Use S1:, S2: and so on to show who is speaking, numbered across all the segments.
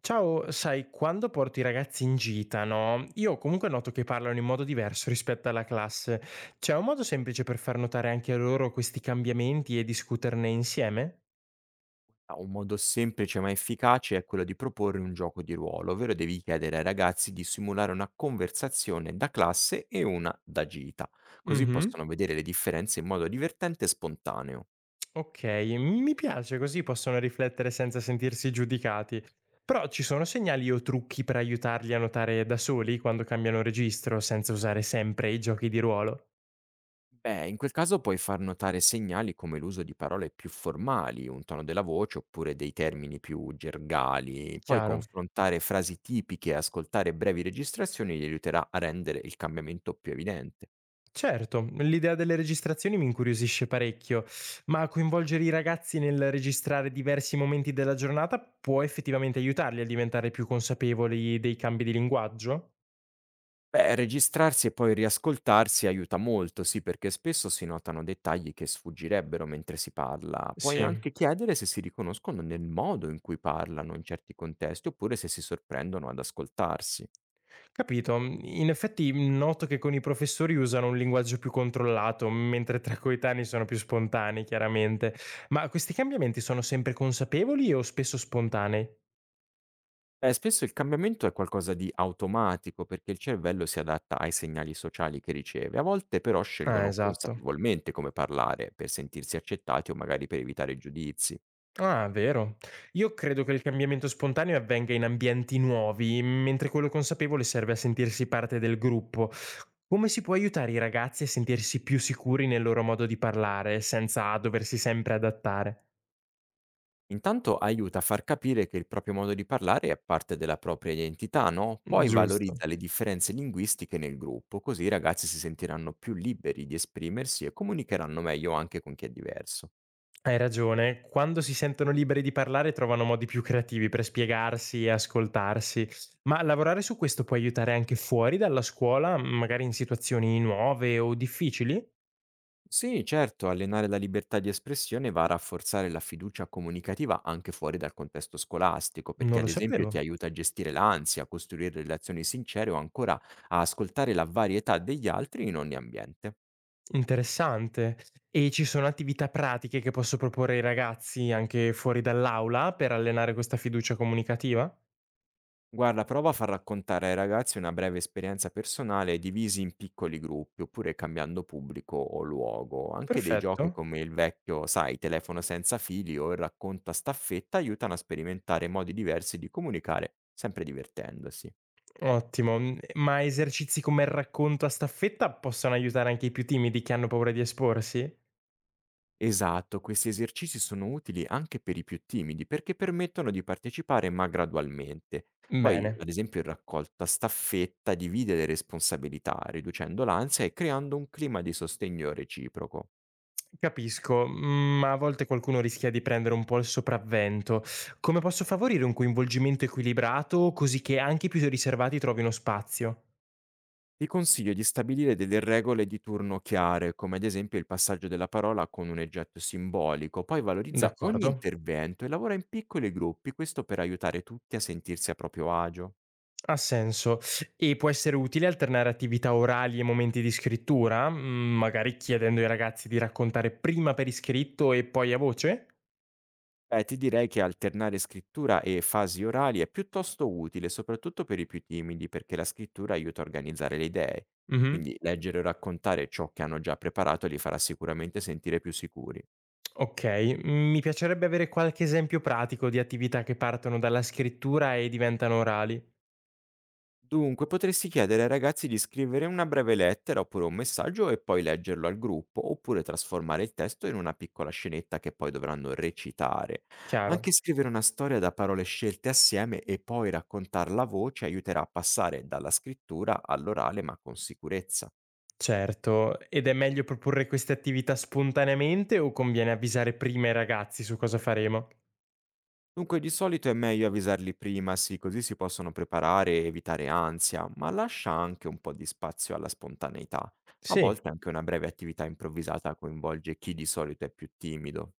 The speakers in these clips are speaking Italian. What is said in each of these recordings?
S1: Ciao, sai, quando porto i ragazzi in gita, no? Io comunque noto che parlano in modo diverso rispetto alla classe. C'è un modo semplice per far notare anche a loro questi cambiamenti e discuterne insieme?
S2: Ah, un modo semplice ma efficace è quello di proporre un gioco di ruolo, ovvero devi chiedere ai ragazzi di simulare una conversazione da classe e una da gita, così
S1: Mhm.
S2: possono vedere le differenze in modo divertente e spontaneo.
S1: Ok, mi piace, così possono riflettere senza sentirsi giudicati. Però ci sono segnali o trucchi per aiutarli a notare da soli quando cambiano registro senza usare sempre i giochi di ruolo?
S2: Beh, in quel caso puoi far notare segnali come l'uso di parole più formali, un tono della voce oppure dei termini più gergali. Poi
S1: Chiaro.
S2: confrontare frasi tipiche e ascoltare brevi registrazioni gli aiuterà a rendere il cambiamento più evidente.
S1: Certo, l'idea delle registrazioni mi incuriosisce parecchio, ma coinvolgere i ragazzi nel registrare diversi momenti della giornata può effettivamente aiutarli a diventare più consapevoli dei cambi di linguaggio?
S2: Beh, registrarsi e poi riascoltarsi aiuta molto, sì, perché spesso si notano dettagli che sfuggirebbero mentre si parla. Puoi
S1: Sì,
S2: anche chiedere se si riconoscono nel modo in cui parlano in certi contesti, oppure se si sorprendono ad ascoltarsi.
S1: capito. In effetti noto che con i professori usano un linguaggio più controllato, mentre tra coetanei sono più spontanei, chiaramente. Ma questi cambiamenti sono sempre consapevoli o spesso spontanei?
S2: Spesso il cambiamento è qualcosa di automatico, perché il cervello si adatta ai segnali sociali che riceve. A volte però
S1: Ah,
S2: scelgono
S1: esatto.
S2: consapevolmente come parlare, per sentirsi accettati o magari per evitare giudizi.
S1: Ah, vero. Io credo che il cambiamento spontaneo avvenga in ambienti nuovi, mentre quello consapevole serve a sentirsi parte del gruppo. Come si può aiutare i ragazzi a sentirsi più sicuri nel loro modo di parlare, senza doversi sempre adattare?
S2: Intanto aiuta a far capire che il proprio modo di parlare è parte della propria identità, no? Poi
S1: Giusto.
S2: valorizza le differenze linguistiche nel gruppo, così i ragazzi si sentiranno più liberi di esprimersi e comunicheranno meglio anche con chi è diverso.
S1: Hai ragione, quando si sentono liberi di parlare trovano modi più creativi per spiegarsi e ascoltarsi, ma lavorare su questo può aiutare anche fuori dalla scuola, magari in situazioni nuove o difficili?
S2: Sì, certo, allenare la libertà di espressione va a rafforzare la fiducia comunicativa anche fuori dal contesto scolastico, perché
S1: Non
S2: ad
S1: lo
S2: esempio
S1: sapevo.
S2: ti aiuta a gestire l'ansia, a costruire relazioni sincere o ancora a ascoltare la varietà degli altri in ogni ambiente.
S1: Interessante. E ci sono attività pratiche che posso proporre ai ragazzi anche fuori dall'aula per allenare questa fiducia comunicativa?
S2: Guarda, prova a far raccontare ai ragazzi una breve esperienza personale divisi in piccoli gruppi, oppure cambiando pubblico o luogo. Anche dei
S1: Perfetto,
S2: giochi come il vecchio, sai, telefono senza fili o il racconta staffetta aiutano a sperimentare modi diversi di comunicare, sempre divertendosi.
S1: ottimo. Ma esercizi come il racconto a staffetta possono aiutare anche i più timidi che hanno paura di esporsi?
S2: Esatto, questi esercizi sono utili anche per i più timidi perché permettono di partecipare ma gradualmente. Poi,
S1: Bene,
S2: ad esempio, il raccolta staffetta divide le responsabilità, riducendo l'ansia e creando un clima di sostegno reciproco.
S1: capisco, ma a volte qualcuno rischia di prendere un po' il sopravvento. Come posso favorire un coinvolgimento equilibrato così che anche i più riservati trovino spazio?
S2: Ti consiglio di stabilire delle regole di turno chiare, come ad esempio il passaggio della parola con un oggetto simbolico, poi valorizza ogni
S1: D'accordo.
S2: intervento e lavora in piccoli gruppi, questo per aiutare tutti a sentirsi a proprio agio.
S1: Ha senso. E può essere utile alternare attività orali e momenti di scrittura, magari chiedendo ai ragazzi di raccontare prima per iscritto e poi a voce?
S2: Beh, ti direi che alternare scrittura e fasi orali è piuttosto utile, soprattutto per i più timidi, perché la scrittura aiuta a organizzare le idee.
S1: Mhm.
S2: Quindi leggere o raccontare ciò che hanno già preparato li farà sicuramente sentire più sicuri.
S1: Ok, mi piacerebbe avere qualche esempio pratico di attività che partono dalla scrittura e diventano orali.
S2: Dunque, potresti chiedere ai ragazzi di scrivere una breve lettera oppure un messaggio e poi leggerlo al gruppo, oppure trasformare il testo in una piccola scenetta che poi dovranno recitare.
S1: Chiaro.
S2: Anche scrivere una storia da parole scelte assieme e poi raccontarla a voce aiuterà a passare dalla scrittura all'orale ma con sicurezza.
S1: Certo, ed è meglio proporre queste attività spontaneamente o conviene avvisare prima i ragazzi su cosa faremo?
S2: Dunque, di solito è meglio avvisarli prima, sì, così si possono preparare e evitare ansia, ma lascia anche un po' di spazio alla spontaneità. A
S1: Sì.
S2: volte anche una breve attività improvvisata coinvolge chi di solito è più timido.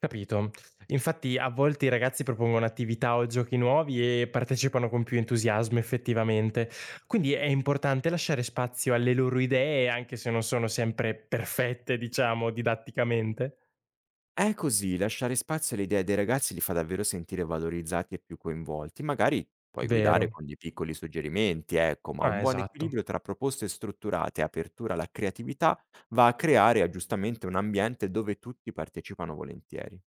S1: Capito. Infatti a volte i ragazzi propongono attività o giochi nuovi e partecipano con più entusiasmo effettivamente. Quindi è importante lasciare spazio alle loro idee, anche se non sono sempre perfette, diciamo, didatticamente.
S2: È così, lasciare spazio alle idee dei ragazzi li fa davvero sentire valorizzati e più coinvolti. Magari puoi guidare
S1: Vero.
S2: con dei piccoli suggerimenti, ecco, ma un
S1: Ah,
S2: buon
S1: esatto.
S2: equilibrio tra proposte strutturate e apertura alla creatività va a creare giustamente un ambiente dove tutti partecipano volentieri.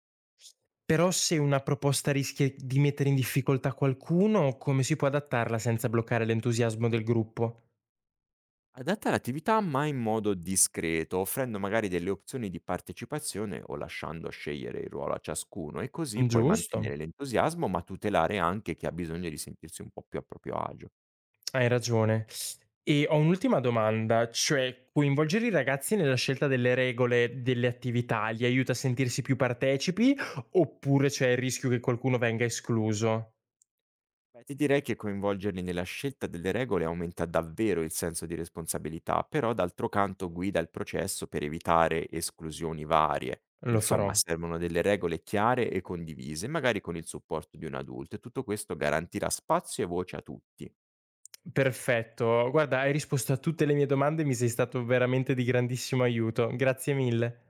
S1: Però se una proposta rischia di mettere in difficoltà qualcuno, come si può adattarla senza bloccare l'entusiasmo del gruppo?
S2: Adatta l'attività ma in modo discreto, offrendo magari delle opzioni di partecipazione o lasciando scegliere il ruolo a ciascuno e così puoi
S1: Giusto.
S2: mantenere l'entusiasmo ma tutelare anche chi ha bisogno di sentirsi un po' più a proprio agio.
S1: Hai ragione. E ho un'ultima domanda, cioè coinvolgere i ragazzi nella scelta delle regole delle attività li aiuta a sentirsi più partecipi oppure c'è il rischio che qualcuno venga escluso?
S2: Beh, ti direi che coinvolgerli nella scelta delle regole aumenta davvero il senso di responsabilità, però d'altro canto guida il processo per evitare esclusioni varie.
S1: Lo
S2: Insomma,
S1: farò.
S2: servono delle regole chiare e condivise, magari con il supporto di un adulto, e tutto questo garantirà spazio e voce a tutti.
S1: Perfetto. Guarda, hai risposto a tutte le mie domande e mi sei stato veramente di grandissimo aiuto. Grazie mille.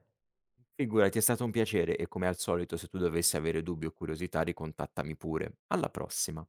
S2: Figurati, è stato un piacere e come al solito se tu dovessi avere dubbi o curiosità ricontattami pure. Alla prossima.